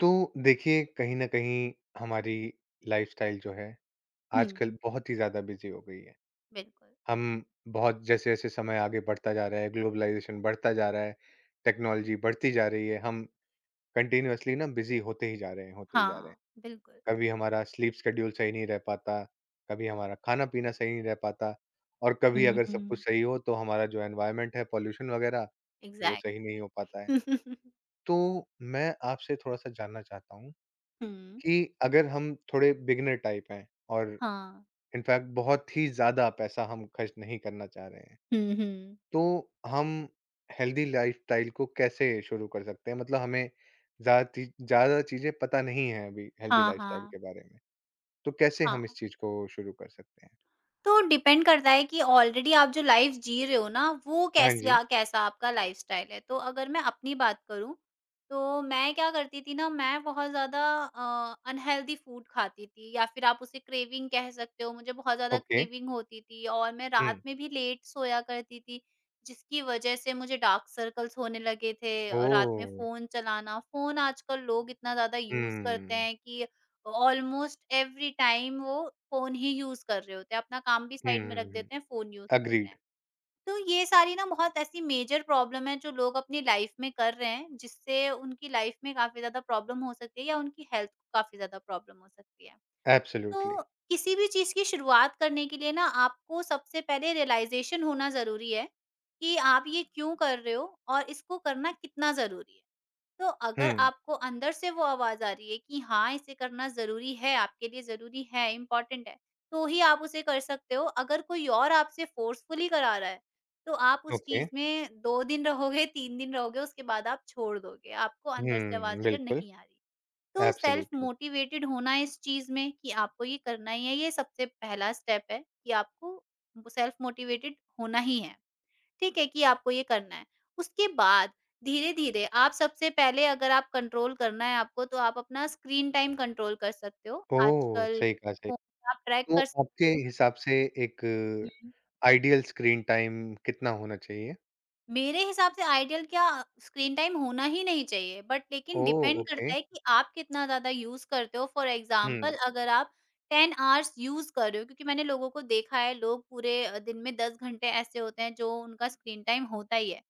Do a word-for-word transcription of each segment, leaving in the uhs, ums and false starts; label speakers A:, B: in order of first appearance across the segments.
A: तो देखिए, कहीं ना कहीं हमारी लाइफस्टाइल जो है
B: हुँ।
A: आजकल बहुत ही ज्यादा बिजी हो गई है।
B: बिल्कुल।
A: हम बहुत जैसे जैसे समय आगे बढ़ता जा रहा है, ग्लोबलाइजेशन बढ़ता जा रहा है, टेक्नोलॉजी बढ़ती जा रही है, हम कंटिन्यूअसली ना बिजी होते ही जा रहे हैं, होते ही जा रहे हैं।
B: हाँ, बिल्कुल।
A: कभी हमारा स्लीप स्केड्यूल सही नहीं रह पाता, कभी हमारा खाना पीना सही नहीं रह पाता, और कभी
B: हुँ,
A: अगर सब
B: हुँ।
A: कुछ सही हो तो हमारा जो एनवायरनमेंट है, पॉल्यूशन वगैरह, वो
B: एग्ज़ैक्ट
A: सही नहीं हो पाता है। तो मैं आपसे थोड़ा सा जानना चाहता हूँ
B: हुँ।
A: कि अगर हम थोड़े बिगिनर टाइप हैं, और
B: हाँ।
A: इनफैक्ट बहुत ही ज़्यादा पैसा हम खर्च नहीं करना चाह रहे हैं,
B: हुँ, हुँ।
A: तो हम हेल्दी लाइफ़स्टाइल को कैसे शुरू कर सकते हैं? मतलब हमें ज़्यादा ती ज़्यादा चीज़ें पता नहीं हैं अभी हेल्दी
B: हाँ,
A: लाइफ़स्टाइल
B: हाँ।
A: के बारे में, तो कैसे हम इस
B: हाँ।
A: चीज़ को शुरू कर सकते हैं?
B: तो डिपेंड करता है कि ऑलरेडी आप जो लाइफ जी रहे हो ना, वो
A: हाँ
B: कैसी
A: जी।
B: आ कैसा आपका लाइफ़स्टाइल है। तो अगर मैं अपनी बात करूँ, तो मैं क्या करती थी ना, मैं बहुत ज़्यादा अ, अनहेल्दी फूड खाती थी या फिर आप उसे क्रेविंग कह सकते हो। मुझे बहुत ज़्यादा
A: ओके।
B: क्रेविंग होती थी और मैं रात
A: हुँ।
B: में भी लेट सोया करती थी, जिसकी वज़ह से मुझे डार्क सर्कल्स होने लगे थे। अ, रात में
A: ओह!
B: फ़ोन चलाना, फ़ोन आजकल लोग इतना ज़्यादा यूज़ करते
A: हुँ,
B: हैं कि ऑलमोस्ट एवरी टाइम वो फ़ोन ही यूज़ कर रहे होते हैं, अपना काम भी
A: हुँ,
B: साइड में रख
A: हुँ, हुँ।
B: देते हैं, फ़ोन यूज़ करते
A: एग्रीड।
B: हैं। तो ये सारी ना बहुत ऐसी मेजर प्रॉब्लम है जो लोग अपनी लाइफ़ में कर रहे हैं, जिससे उनकी लाइफ़ में काफ़ी ज़्यादा प्रॉब्लम हो सकती है या उनकी हेल्थ को काफ़ी ज़्यादा प्रॉब्लम हो सकती है।
A: एब्सोल्युटली।
B: तो किसी भी चीज़ की शुरुआत करने के लिए ना आपको सबसे पहले रियलाइज़ेशन होना ज़रूरी है, कि आप ये क्यों कर रहे हो और इसको करना कितना ज़रूरी है। तो अगर
A: हुँ।
B: आपको अंदर से वो आवाज़ आ रही है कि हाँ, इसे करना ज़रूरी है, आपके लिए ज़रूरी है, इम्पोर्टेंट है, तो ही आप उसे कर सकते हो। अगर कोई और आपसे फ़ोर्सफुली करा रहा है, तो आप उस
A: ओके।
B: चीज़ में दो दिन रहोगे, तीन दिन रहोगे, उसके बाद आप छोड़ दोगे। आपको अंदर से
A: हुँ,
B: आवाज़ अगर
A: बिल्कुल।
B: नहीं आ रही। तो सेल्फ
A: एब्सोल्युटली।
B: मोटिवेटेड होना इस चीज़ में कि आपको ये करना ही है, ये सबसे पहला स्टेप है कि आपको सेल्फ मोटिवेटेड होना ही है। ठीक है कि आपको ये करना है। उसके बाद धीरे-धीरे आप सबसे पहले अगर आप कंट्रोल करना है आपको तो आप अपना स्क्रीन टाइम कंट्रोल कर सकते हो।
A: ओह!
B: आजकल
A: सही कहा, सही।
B: फ़ोन में आप ट्रैक
A: तो
B: कर
A: आपके
B: सकते हो।
A: हिसाब से एक
B: हुँ।
A: आइडियल स्क्रीन टाइम कितना होना चाहिए?
B: मेरे हिसाब से आइडियल क्या स्क्रीन टाइम होना ही नहीं चाहिए, बट लेकिन
A: ओह!
B: डिपेंड हुँ।
A: ओके।
B: करता है कि आप कितना ज़्यादा यूज़ करते हो। For
A: hmm.
B: एग्ज़ाम्पल अगर आप टेन आवर्स यूज़ कर रहे हो क्योंकि मैंने लोगों को देखा है, लोग पूरे अ, दिन में दस घंटे ऐसे होते हैं जो उनका स्क्रीन टाइम होता ही है।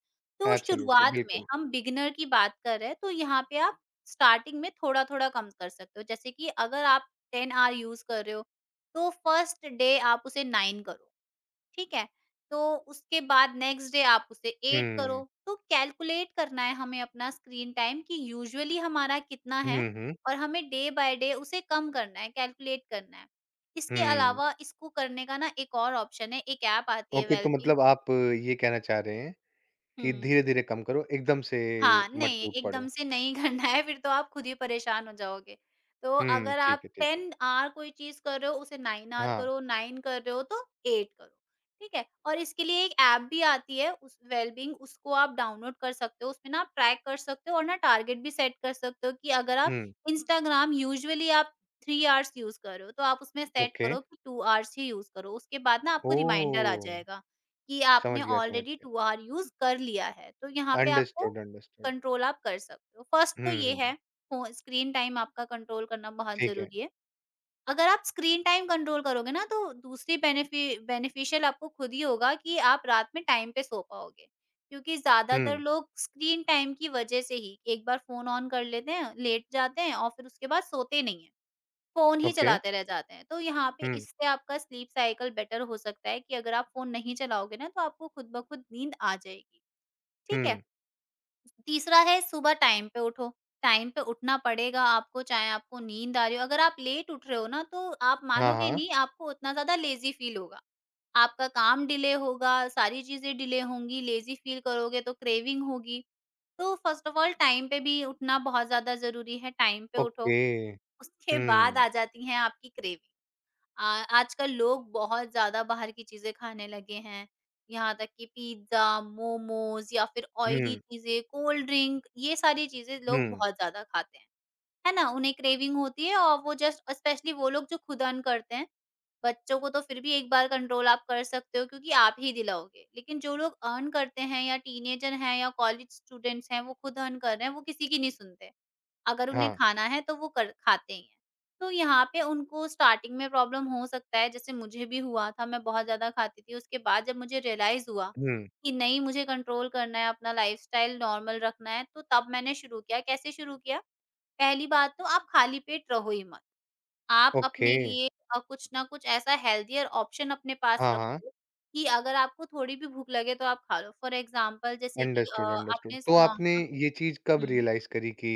B: तो
A: एब्सोल्युटली,
B: शुरुआत में
A: बिल्कुल।
B: हम बिगिनर की बात कर रहे हैं, तो यहाँ पे आप स्टार्टिंग में थोड़ा-थोड़ा कम कर सकते हो। जैसे कि अगर आप टेन आवर यूज़ कर रहे हो, तो फर्स्ट डे आप उसे नाइन करो। ठीक है? तो उसके बाद नेक्स्ट डे आप उसे एट करो।
A: हुँ।
B: तो कैलकुलेट करना है हमें अपना स्क्रीन टाइम कि यूजुअली हमारा कितना है
A: हुँ, हुँ,
B: और हमें डे बाय डे उसे कम करना है, कैलकुलेट करना है। इसके
A: हुँ।
B: अलावा इसको करने का ना एक और ऑप्शन है, एक ऐप आती है
A: ओके, तो
B: वेलबी
A: मतलब आप ये कहना चाह रहे हैं
B: हुँ।
A: कि धीरे-धीरे कम करो, एकदम से
B: हाँ,
A: मत
B: नहीं,
A: टूट
B: एकदम
A: पड़ो।
B: से नहीं करना है फिर तो आप खुद ही परेशान हो जाओगे। तो
A: हुँ,
B: अगर
A: ठीक
B: आप
A: है, ठीक है।
B: टेन आवर कोई चीज़ कर रहे हो उसे नाइन आवर
A: हाँ।
B: करो, नाइन कर रहे हो तो एट करो, ठीक है? और इसके लिए एक ऐप भी आती है उस वेलबीइंग उसको आप डाउनलोड कर सकते हो, उसमें ना आप ट्रैक कर सकते हो और ना टारगेट भी सेट कर सकते हो कि अगर आप
A: हुँ।
B: इंस्टाग्राम यूजुअली आप थ्री आवर्स यूज़ कर रहे हो, तो आप उसमें सेट
A: ओके।
B: करो कि टू आवर्स ही यूज़ करो। उसके बाद ना आपको रिमाइंडर आ
A: ओह!
B: जाएगा कि आपने
A: समझ गया, समझ
B: ऑलरेडी
A: गया।
B: टू आवर यूज़ कर लिया है। तो यहाँ पे आपको
A: अंडरस्टूड, अंडरस्टूड।
B: कंट्रोल आप कर सकते हो। फर्स्ट तो
A: हुँ,
B: ये
A: हुँ, हुँ।
B: है फ़ो स्क्रीन टाइम आपका कंट्रोल करना बहुत
A: ठीक है।
B: ज़रूरी है। अगर आप स्क्रीन टाइम कंट्रोल करोगे ना तो दूसरी बेनिफि बेनिफिशियल आपको खुद ही होगा कि आप रात में टाइम पे सो पाओगे। क्योंकि
A: हुँ।
B: ज़्यादातर लोग स्क्रीन टाइम की वज़ह से ही एक बार फ़ोन ऑन कर लेते हैं, लेट जाते हैं और फिर उसके बाद सोते नहीं हैं। फ़ोन ही
A: ओके।
B: चलाते रह जाते हैं। तो यहाँ पे
A: हुँ,
B: इससे आपका स्लीप साइकिल बेटर हो सकता है कि अगर आप फ़ोन नहीं चलाओगे ना तो आपको खुद ब खुद नींद आ जाएगी। ठीक है?
A: हुँ।
B: तीसरा है सुबह टाइम पे उठो, टाइम पे उठना पड़ेगा आपको चाहे आपको नींद आ रही हो, अगर आप लेट उठ रहे हो ना तो आप
A: हाँ,
B: मानोगे
A: हाँ।
B: नहीं आपको उतना ज़्यादा लेज़ी फ़ील होगा। आपका काम डिले होगा, सारी चीज़ें डिले होंगी, लेज़ी फ़ील करोगे तो क्रेविंग होगी। तो फर्स्ट ऑफ ऑल टाइम पे भी उठना बहुत ज़्यादा ज़रूरी है, टाइम पे उठो,
A: ओके।
B: उसके
A: हुँ,
B: बाद आ जाती हैं आपकी क्रेविंग। आ, आजकल लोग बहुत ज्यादा बाहर की चीजें खाने लगे हैं, यहाँ तक कि पिज्जा, मोमोज या फिर ऑयली
A: हुँ।
B: चीजें, कोल्ड ड्रिंक, ये सारी चीजें लोग
A: हुँ।
B: बहुत ज्यादा खाते हैं, है ना? उन्हें क्रेविंग होती है और वो जस्ट, स्पेशली वो लोग जो खुद अर्न करते हैं, बच्चों को तो फिर भी एक बार कंट्रोल आप कर सकते हो क्योंकि आप ही दिलाओगे। लेकिन जो लोग अर्न करते हैं या टीनेजर हैं या कॉलेज स्टूडेंट्स हैं, वो खुद अर्न कर रहे हैं, वो किसी की नहीं सुनते। अगर उन्हें
A: हाँ।
B: खाना है तो वो कर खाते ही हैं। तो यहाँ पे उनको स्टार्टिंग में प्रॉब्लम हो सकता है, जैसे मुझे भी हुआ था, मैं बहुत ज़्यादा खाती थी। उसके बाद जब मुझे रियलाइज़ हुआ
A: हुँ।
B: कि नहीं, मुझे कंट्रोल करना है, अपना लाइफ़स्टाइल नॉर्मल रखना है, तो तब मैंने शुरू किया। कैसे शुरू किया? पहली बात तो आप खाली पेट रहो ही मत। आप
A: ओके।
B: अपने लिए अ, कुछ ना कुछ ऐसा हेल्थियर ऑप्शन अपने पास
A: हाँ, हाँ,
B: रखो कि अगर आपको थोड़ी भी भूख लगे तो आप खा लो। फॉर एग्ज़ाम्पल जैसे कि अ,
A: अंडरस्टूड, अंडरस्टूड।
B: आपने
A: तो
B: सुना
A: आपने
B: होगा
A: ये चीज़ कब
B: हुँ,
A: रियलाइज़ करी कि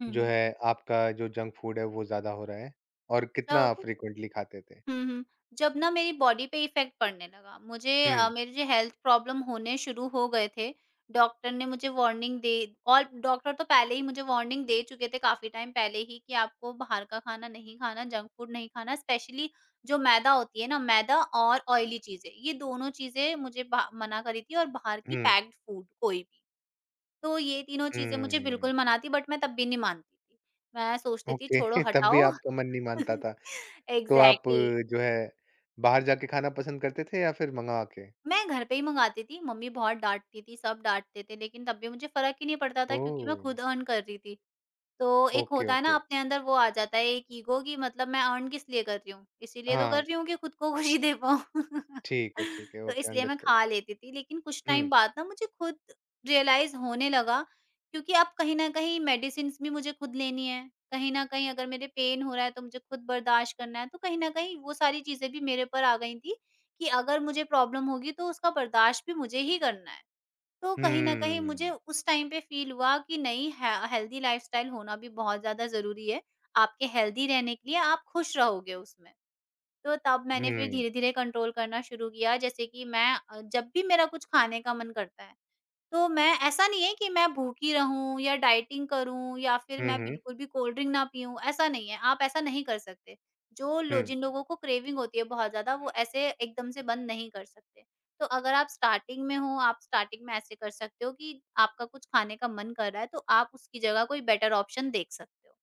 B: हुँ,
A: जो
B: हुँ।
A: है आपका जो जंक फूड है वो ज़्यादा हो रहा है? और कितना
B: जब
A: फ्रीक्वेंटली खाते थे?
B: हुँ, हुँ। जब ना मेरी बॉडी पे इफ़ेक्ट पड़ने लगा, मुझे अ,
A: हुँ,
B: मेरे जो हेल्थ प्रॉब्लम होने शुरू हो गए थे, डॉक्टर ने मुझे वार्निंग दे और डॉक्टर तो पहले ही मुझे वार्निंग दे चुके थे काफ़ी टाइम पहले ही कि आपको बाहर का खाना नहीं खाना, जंक फूड नहीं खाना, स्पेशली जो मैदा होती है ना, मैदा और ऑयली चीज़ें, ये दोनों चीज़ें मुझे बा मना करी थी और बाहर की
A: हुँ,
B: पैक्ड फूड कोई भी। तो ये तीनों चीज़ें मुझे
A: हुँ।
B: बिल्कुल मना थी, बट मैं तब भी नहीं मानती थी। मैं सोचती थी
A: ओके
B: छोड़ो,
A: तब भी
B: हटाओ।
A: आपका मन नहीं मानता था। तो आप
B: एग्ज़ैक्टली।
A: अ, जो है बाहर जाके खाना पसंद करते थे या फिर मँगा के?
B: मैं घर पे ही मँगाती थी, मम्मी बहुत डाँटती थी, सब डाँटते थे लेकिन तब भी मुझे फ़र्क ही नहीं पड़ता था क्योंकि मैं
A: ओह!
B: खुद अर्न कर रही थी। तो एक
A: ओके,
B: होता है ना,
A: ओके।
B: अपने अंदर वो आ जाता है एक ईगो कि मतलब मैं अर्न किस लिए कर रही हूँ? इसीलिए तो कर
A: हाँ।
B: रही हूँ कि खुद को खुशी दे पाऊँ।
A: ठीक है, ठीक है,
B: तो
A: ओके,
B: इसलिए मैं
A: अंडरस्टूड।
B: खा लेती थी, लेकिन कुछ
A: हुँ,
B: टाइम बाद ना मुझे खुद रियलाइज़ होने लगा क्योंकि अब कहीं न कहीं मेडिसिन्स भी मुझे खुद लेनी है। कहीं न कहीं अगर मेरे पेन हो रहा है तो मुझे खुद बर्दाश्त करना है। तो कहीं न कहीं वो सारी चीज़ें भी मेरे पर आ गई थी कि अगर मुझे प्रॉब्लम होगी तो उसका बर्दाश्त भी मुझे ही करना है। तो कहीं न कहीं मुझे
A: हुँ,
B: उस टाइम पे फ़ील हुआ कि नहीं है, हेल्दी लाइफ़स्टाइल होना भी बहुत ज़्यादा ज़रूरी है। आपके हेल्दी रहने के लिए, आप खुश रहोगे उसमें। तो तब मैंने फिर
A: हुँ,
B: धीरे-धीरे कंट्रोल करना शुरू किया, जैसे कि मैं अ, जब भी मेरा कुछ खाने का मन करता है, तो मैं ऐसा नहीं है कि मैं भूखी रहूँ या डाइटिंग करूँ या फिर
A: हुँ,
B: मैं
A: हुँ,
B: बिल्कुल भी कोल्ड ड्रिंक ना पीऊँ, ऐसा नहीं है, आप ऐसा नहीं कर सकते। जो लो
A: हुँ,
B: जिन लोगों को क्रेविंग होती है बहुत ज़्यादा, वो ऐसे एकदम से बंद नहीं कर सकते। तो अगर आप स्टार्टिंग में हो, आप स्टार्टिंग में ऐसे कर सकते हो कि आपका कुछ खाने का मन कर रहा है, तो आप उसकी जगह कोई बेटर ऑप्शन देख सकते हो।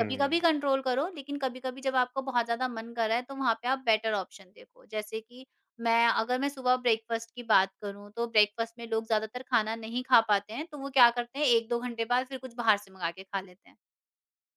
B: कभी-कभी कंट्रोल करो, लेकिन कभी-कभी जब आपका बहुत ज़्यादा मन कर रहा है, तो वहाँ पे आप बेटर ऑप्शन देखो। जैसे कि मैं अगर मैं सुबह ब्रेकफ़ास्ट की बात करूँ, तो ब्रेकफ़ास्ट में लोग ज़्यादातर खाना नहीं खा पाते हैं, तो वो क्या करते हैं, एक दो घंटे बाद फिर कुछ बाहर से मँगा के खा लेते हैं।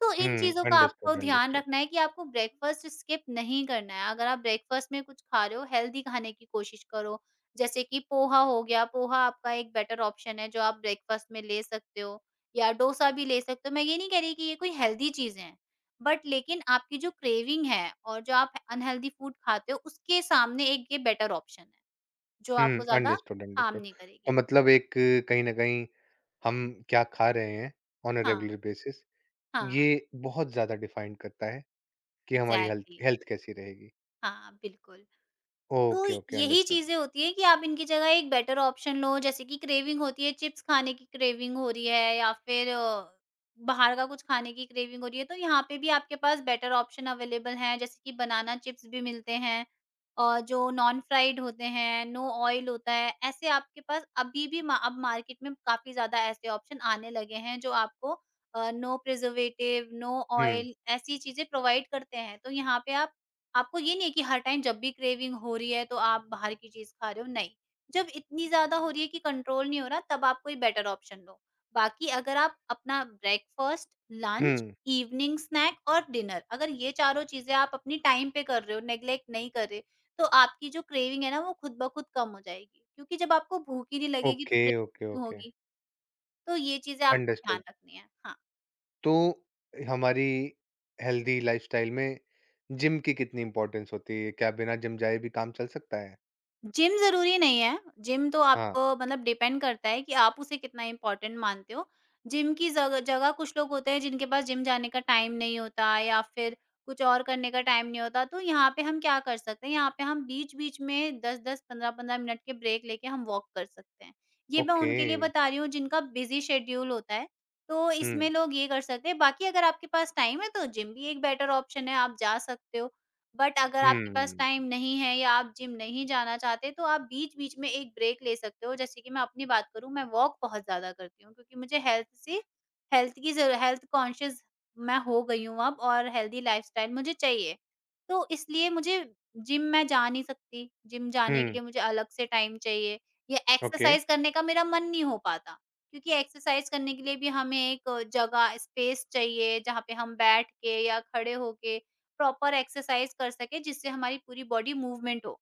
B: तो इन
A: हुँ,
B: चीज़ों का आपको
A: अंडरस्टूड,
B: ध्यान
A: अंडरस्टूड।
B: रखना है कि आपको ब्रेकफ़ास्ट स्किप नहीं करना है। अगर आप ब्रेकफ़ास्ट में कुछ खा रहे हो, हेल्दी खाने की कोशिश करो। जैसे कि पोहा हो गया, पोहा आपका एक बेटर ऑप्शन है जो आप ब्रेकफ़ास्ट में ले सकते हो या डोसा भी ले सकते हो। मैं ये नहीं कह रही कि ये कोई हेल्दी चीज़ें हैं, बट लेकिन आपकी जो क्रेविंग है और जो आप अनहेल्दी फूड खाते हो, उसके सामने एक ये बेटर ऑप्शन है, जो आपको
A: हुँ,
B: ज़्यादा
A: अंडरस्टूड,
B: हार्म
A: अंडरस्टूड।
B: नहीं
A: तो
B: करेगी।
A: मतलब एक कहीं न कहीं हम क्या खा रहे हैं ऑन अ
B: हाँ,
A: रेगुलर बेसिस,
B: हाँ,
A: ये बहुत ज़्यादा डिफाइन करता है कि हमारी हेल्थ
B: एग्ज़ैक्टली।
A: हेल्थ कैसी रहेगी।
B: हाँ, बिल्कुल। तो
A: ओके, ओके,
B: यही
A: अंडरस्टूड।
B: चीज़ें होती हैं कि आप इनकी जगह एक बेटर ऑप्शन लो। जैसे कि क्रेविंग होती है, चिप्स खाने की क्रेविंग हो रही है या फिर अ, बाहर का कुछ खाने की क्रेविंग हो रही है, तो यहाँ पे भी आपके पास बेटर ऑप्शन अवेलेबल हैं, जैसे कि बनाना चिप्स भी मिलते हैं और जो नॉन फ्राइड होते हैं, नो ऑयल होता है, ऐसे आपके पास अभी भी मा अब मार्केट में काफ़ी ज़्यादा ऐसे ऑप्शन आने लगे हैं जो आपको अ, नो प्रिजर्वेटिव, नो
A: हुँ,
B: ऑयल ऐसी चीज़ें प्रोवाइड करते हैं। तो यहाँ पे आप आपको ये नहीं है कि हर टाइम जब भी क्रेविंग हो रही है तो आप बाहर की चीज़ खा रहे हो, नहीं। जब इतनी ज़्यादा हो रही है कि कंट्रोल नहीं हो रहा, तब आप कोई बेटर ऑप्शन लो। बाकी अगर आप अपना ब्रेकफ़ास्ट, लंच,
A: हुँ।
B: इवनिंग स्नैक और डिनर, अगर ये चारों चीज़ें आप अपनी टाइम पे कर रहे हो, नेग्लेक्ट नहीं कर रहे, तो आपकी जो क्रेविंग है ना, वो खुद ब खुद कम हो जाएगी। क्योंकि जब आपको भूख ही नहीं लगेगी तो
A: ओके, ओके,
B: क्रेविंग क्यों
A: ओके।
B: होगी? तो ये चीज़ें आपको ध्यान
A: अंडरस्टूड।
B: रखनी है। हाँ।
A: तो हमारी हेल्दी लाइफ़स्टाइल में जिम की कितनी इम्पोर्टेंस होती है? क्या बिना जिम जाए भी काम चल सकता है?
B: जिम ज़रूरी नहीं है। जिम तो
A: हाँ।
B: आपको, मतलब, डिपेंड करता है कि आप उसे कितना इम्पोर्टेंट मानते हो। जिम की जग जगह कुछ लोग होते हैं जिनके पास जिम जाने का टाइम नहीं होता या फिर कुछ और करने का टाइम नहीं होता, तो यहाँ पे हम क्या कर सकते हैं, यहाँ पे हम बीच-बीच में दस दस, पंद्रह पंद्रह मिनट के ब्रेक लेके हम वॉक कर सकते हैं। ये मैं
A: ओके।
B: उनके लिए बता रही हूँ जिनका बिज़ी शेड्यूल होता है, तो
A: हुँ,
B: इसमें लोग ये कर सकते हैं। बाकी अगर आपके पास टाइम है तो जिम भी एक बेटर ऑप्शन है, आप जा सकते हो। बट अगर आपके पास
A: हुँ,
B: टाइम नहीं है या आप जिम नहीं जाना चाहते, तो आप बीच-बीच में एक ब्रेक ले सकते हो। जैसे कि मैं अपनी बात करूँ, मैं वॉक बहुत ज़्यादा करती हूँ, क्योंकि मुझे हेल्थ से हेल्थ की ज़रू हेल्थ कॉन्शियस मैं हो गई हूँ अब, और हेल्दी लाइफ़स्टाइल मुझे चाहिए। तो इसलिए मुझे जिम मैं जा नहीं सकती, जिम जाने के
A: हुँ।
B: लिए मुझे अलग से टाइम चाहिए या
A: ओके।
B: एक्सरसाइज़ करने का मेरा मन नहीं हो पाता, क्योंकि एक्सरसाइज़ करने के लिए भी हमें एक जगह, स्पेस चाहिए, जहाँ पे हम बैठ के या खड़े होके प्रॉपर एक्सरसाइज कर सकें, जिससे हमारी पूरी बॉडी मूवमेंट हो,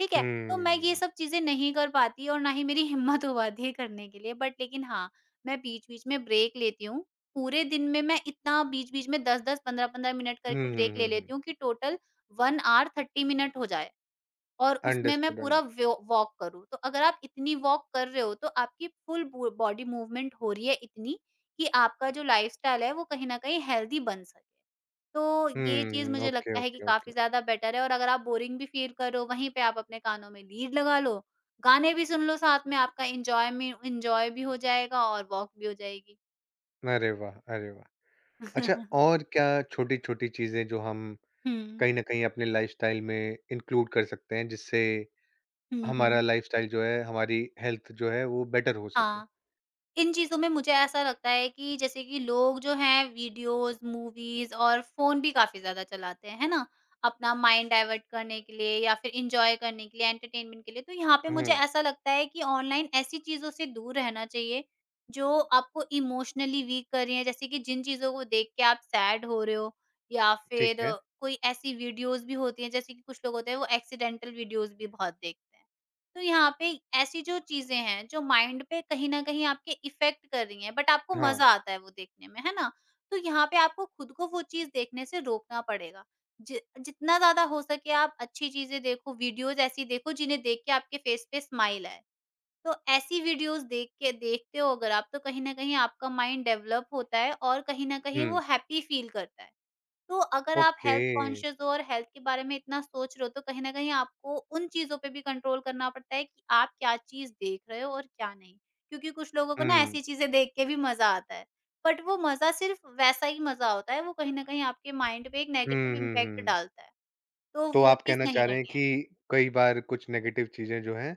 B: ठीक है? तो मैं ये
A: हुँ।
B: सब चीज़ें नहीं कर पाती और ना ही मेरी हिम्मत हो पाती है करने के लिए, बट लेकिन हाँ, मैं बीच-बीच में ब्रेक लेती हूँ। पूरे दिन में मैं इतना बीच-बीच में दस दस, पंद्रह पंद्रह मिनट
A: हुँ,
B: करके
A: हुँ,
B: ब्रेक ले
A: हुँ, हुँ।
B: लेती हूँ कि total one hour thirty minute हो जाए, और उसमें मैं
A: अंडरस्टूड,
B: पूरा
A: अंडर
B: व्यो वॉक करूँ। तो अगर आप इतनी वॉक कर रहे हो तो आपकी फुल बो बॉडी मूवमेंट हो रही है, इतनी कि आपका जो लाइफ़स्टाइल है वो कहीं न कहीं हेल्दी बन सके। तो ये चीज़
A: हुँ,
B: मुझे
A: ओके,
B: लगता है कि
A: ओके, ओके।
B: काफ़ी ज़्यादा बेटर है, और अगर आप बोरिंग भी फ़ील कर रहे हो, वहीं पे आप अपने कानों में लीड लगा लो, गाने भी सुन लो साथ में, आपका एन्जॉय में एन्जॉय भी हो जाएगा और वॉक भी हो जाएगी।
A: अरे वाह! अरे वाह! अच्छा, और क्या छोटी-छोटी चीज़ें जो हम
B: हुँ।
A: कहीं न कहीं अपने लाइफ़स्टाइल में इंक्लूड कर सकते हैं, जिससे
B: हुँ,
A: हमारा
B: हुँ।
A: लाइफ़स्टाइल जो है, हमारी हेल्थ जो है वो बेटर हो सके?
B: हाँ। इन चीज़ों में मुझे ऐसा लगता है कि जैसे कि लोग जो हैं, वीडियोज़, मूवीज़ और फ़ोन भी काफ़ी ज़्यादा चलाते हैं, है ना? अपना माइंड डाइवर्ट करने के लिए या फिर एन्जॉय करने के लिए, एंटरटेनमेंट के लिए। तो यहाँ पे मुझे
A: हुँ,
B: ऐसा लगता है कि ऑनलाइन ऐसी चीज़ों से दूर रहना चाहिए, जो आपको इमोशनली वीक कर रही हैं। जैसे कि जिन चीज़ों को देख के आप सैड हो रहे हो, या
A: ठीक
B: फिर
A: है।
B: कोई ऐसी वीडियोज़ भी होती हैं, जैसे कि कुछ लोग होते हैं, वो एक्सीडेंटल वीडियोज़ भी बहुत देखते हैं। तो यहाँ पे ऐसी जो चीज़ें हैं, जो माइंड पे कहीं न कहीं आपके इफ़ेक्ट कर रही हैं, बट आपको
A: हाँ,
B: मज़ा आता है वो देखने में, है ना? तो यहाँ पे आपको खुद को वो चीज़ देखने से रोकना पड़ेगा। जि जितना ज़्यादा हो सके, आप अच्छी चीज़ें देखो, वीडियोज़ ऐसी देखो जिन्हें देख के आपके फ़ेस पे स्माइल आए। तो ऐसी वीडियोज़ देख के, देखते हो अगर आप, तो कहीं न कहीं आपका माइंड डेवलप होता है और कहीं न कहीं
A: हुँ,
B: वो हैप्पी फ़ील करता है। तो अगर आप
A: ओके।
B: हेल्थ कॉन्शियस हो और हेल्थ के बारे में इतना सोच रहे हो, तो कहीं न कहीं आपको उन चीज़ों पे भी कंट्रोल करना पड़ता है कि आप क्या चीज़ देख रहे हो और क्या नहीं। क्योंकि कुछ लोगों को ना,
A: हुँ,
B: ऐसी चीज़ें देख के भी मज़ा आता है। बट वो मज़ा सिर्फ़ वैसा ही मज़ा होता है, वो कहीं न कहीं आपके माइंड पे एक
A: हुँ,
B: नेगेटिव
A: हुँ,
B: इम्पैक्ट
A: हुँ।
B: डालता है। तो
A: तो
B: वो
A: आप
B: चीज़
A: कहना
B: नहीं
A: चाह रहे हैं
B: करनी
A: कि
B: है।
A: कई बार कुछ नेगेटिव चीज़ें जो हैं,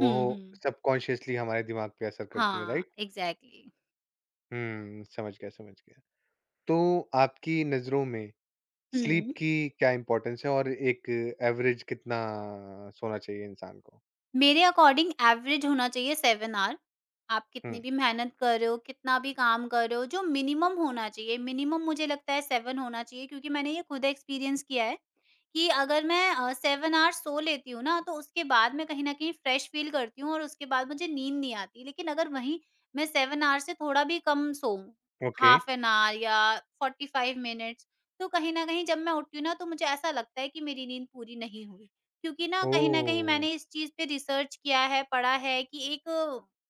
B: हुँ, हुँ।
A: सबकॉन्शियसली हमारे दिमाग पे असर करती हैं,
B: हाँ,
A: राइट?
B: एग्ज़ैक्टली।
A: हुँ, समझ गया, समझ गया। तो आपकी नज़रों में स्लीप
B: हुँ।
A: की क्या इम्पोर्टेंस है और एक एवरेज कितना सोना चाहिए इंसान को?
B: मेरे अकॉर्डिंग एवरेज होना चाहिए सेवन आवर। आप कितनी
A: हुँ,
B: भी मेहनत कर रहे हो, कितना भी काम कर रहे हो, जो मिनिमम होना चाहिए, मिनिमम मुझे लगता है सेवन होना चाहिए, क्योंकि मैंने ये खुद एक्सपीरियंस किया है कि अगर मैं अ, सेवन आवर्स सो लेती हूँ ना, तो उसके बाद मैं कहीं न कहीं फ्रेश फ़ील करती हूँ और उसके बाद मुझे नींद नहीं आती। लेकिन अगर वहीं मैं सेवन आवर्स से थोड़ा भी कम सोऊँ,
A: ओके।
B: हाफ एन आवर या फ़ोर्टी फ़ाइव मिनट्स, तो कहीं न कहीं जब मैं उठती हूँ ना, तो मुझे ऐसा लगता है कि मेरी नींद पूरी नहीं हुई। क्योंकि ना, कहीं न कहीं
A: ओह!
B: मैंने इस चीज़ पे रिसर्च किया है, पढ़ा है कि एक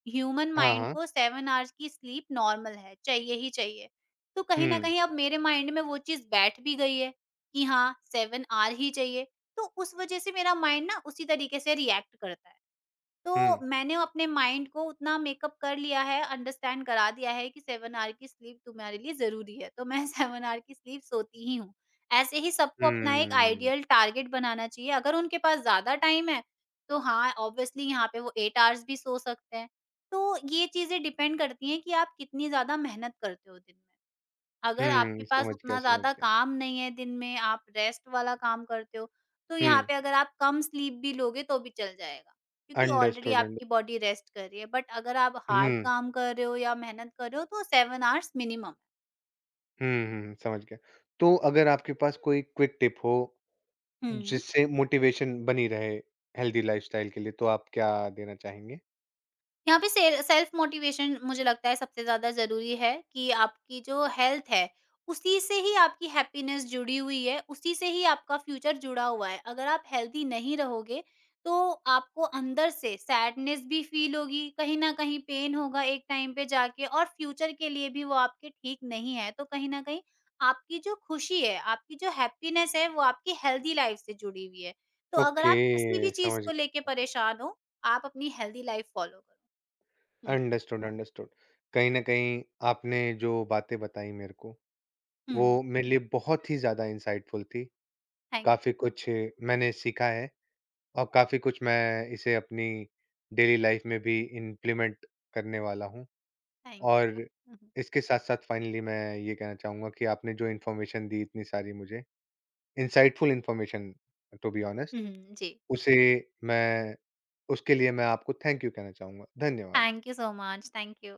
B: ह्यूमन
A: हाँ,
B: माइंड
A: हाँ।
B: को सेवन आवर्स की स्लीप नॉर्मल है, चाहिए ही चाहिए। तो कहीं न
A: हुँ,
B: कहीं अब मेरे माइंड में वो चीज़ बैठ भी गई है कि हाँ, सेवन आर ही चाहिए, तो उस वज़ह से मेरा माइंड ना उसी तरीके से रिएक्ट करता है। तो
A: हुँ,
B: मैंने अपने माइंड को उतना मेकअप कर लिया है, अंडरस्टैंड करा दिया है कि सेवन आर की स्लीप तुम्हारे लिए ज़रूरी है, तो मैं सेवन आर की स्लीप सोती ही हूँ। ऐसे ही सबको अपना एक
A: हुँ,
B: आइडियल टारगेट बनाना चाहिए। अगर उनके पास ज़्यादा टाइम है, तो हाँ, ऑब्वियसली यहाँ पे वो एट आर्स भी सो सकते हैं। तो ये चीज़ें डिपेंड करती हैं कि आप कितनी ज़्यादा मेहनत करते हो दिन में। अगर आपके
A: हुँ,
B: पास
A: समझ गया,
B: उतना
A: समझ
B: ज़्यादा
A: गया।
B: काम नहीं है दिन में, आप रेस्ट वाला काम करते हो, तो यहाँ
A: हुँ,
B: पे अगर आप कम स्लीप भी लोगे तो भी चल जाएगा, क्योंकि ऑलरेडी
A: अंडरस्टूड अंड
B: आपकी बॉडी रेस्ट कर रही है। बट अगर आप हार्ड
A: हुँ,
B: काम कर रहे हो या मेहनत कर रहे हो, तो सेवन आवर्स मिनिमम।
A: हुँ, हुँ, समझ गया। तो अगर आपके पास कोई क्विक टिप हो
B: हुँ।
A: जिससे मोटिवेशन बनी रहे हेल्दी लाइफ़स्टाइल के लिए, तो आप क्या देना चाहेंगे?
B: यहाँ पे से सेल्फ मोटिवेशन मुझे लगता है सबसे ज़्यादा ज़रूरी है। कि आपकी जो हेल्थ है, उसी से ही आपकी हैप्पीनेस जुड़ी हुई है, उसी से ही आपका फ्यूचर जुड़ा हुआ है। अगर आप हेल्दी नहीं रहोगे, तो आपको अंदर से सैडनेस भी फ़ील होगी, कहीं न कहीं पेन होगा एक टाइम पे जाके, और फ्यूचर के लिए भी वो आपके ठीक नहीं है। तो कहीं न कहीं आपकी जो खुशी है, आपकी जो हैप्पीनेस है, वो आपकी हेल्दी लाइफ़ से जुड़ी हुई है। तो अगर आप किसी भी
A: ओके,
B: चीज़
A: समझ गया,
B: को लेके
A: समझ गया।
B: परेशान हो, आप अपनी हेल्दी लाइफ़ फ़ॉलो करो। हुँ,
A: अंडरस्टूड, अंडरस्टूड। कहीं न कहीं आपने जो बातें बताई मेरे को,
B: हुँ।
A: वो मेरे लिए बहुत ही ज़्यादा इनसाइटफुल थी।
B: थैंक
A: काफ़ी
B: यू,
A: कुछ मैंने सीखा है और काफ़ी कुछ मैं इसे अपनी डेली लाइफ़ में भी इम्प्लीमेंट करने वाला हूँ।
B: थैंक
A: और
B: यू।
A: इसके साथ-साथ फाइनली मैं ये कहना चाहूँगा कि आपने जो इन्फॉर्मेशन दी इतनी सारी मुझे, insightful information to be honest,
B: हुँ, हुँ, जी।
A: उसे मैं उसके लिए मैं आपको थैंक यू कहना चाहूँगा। धन्यवाद।
B: Thank you so much, thank you.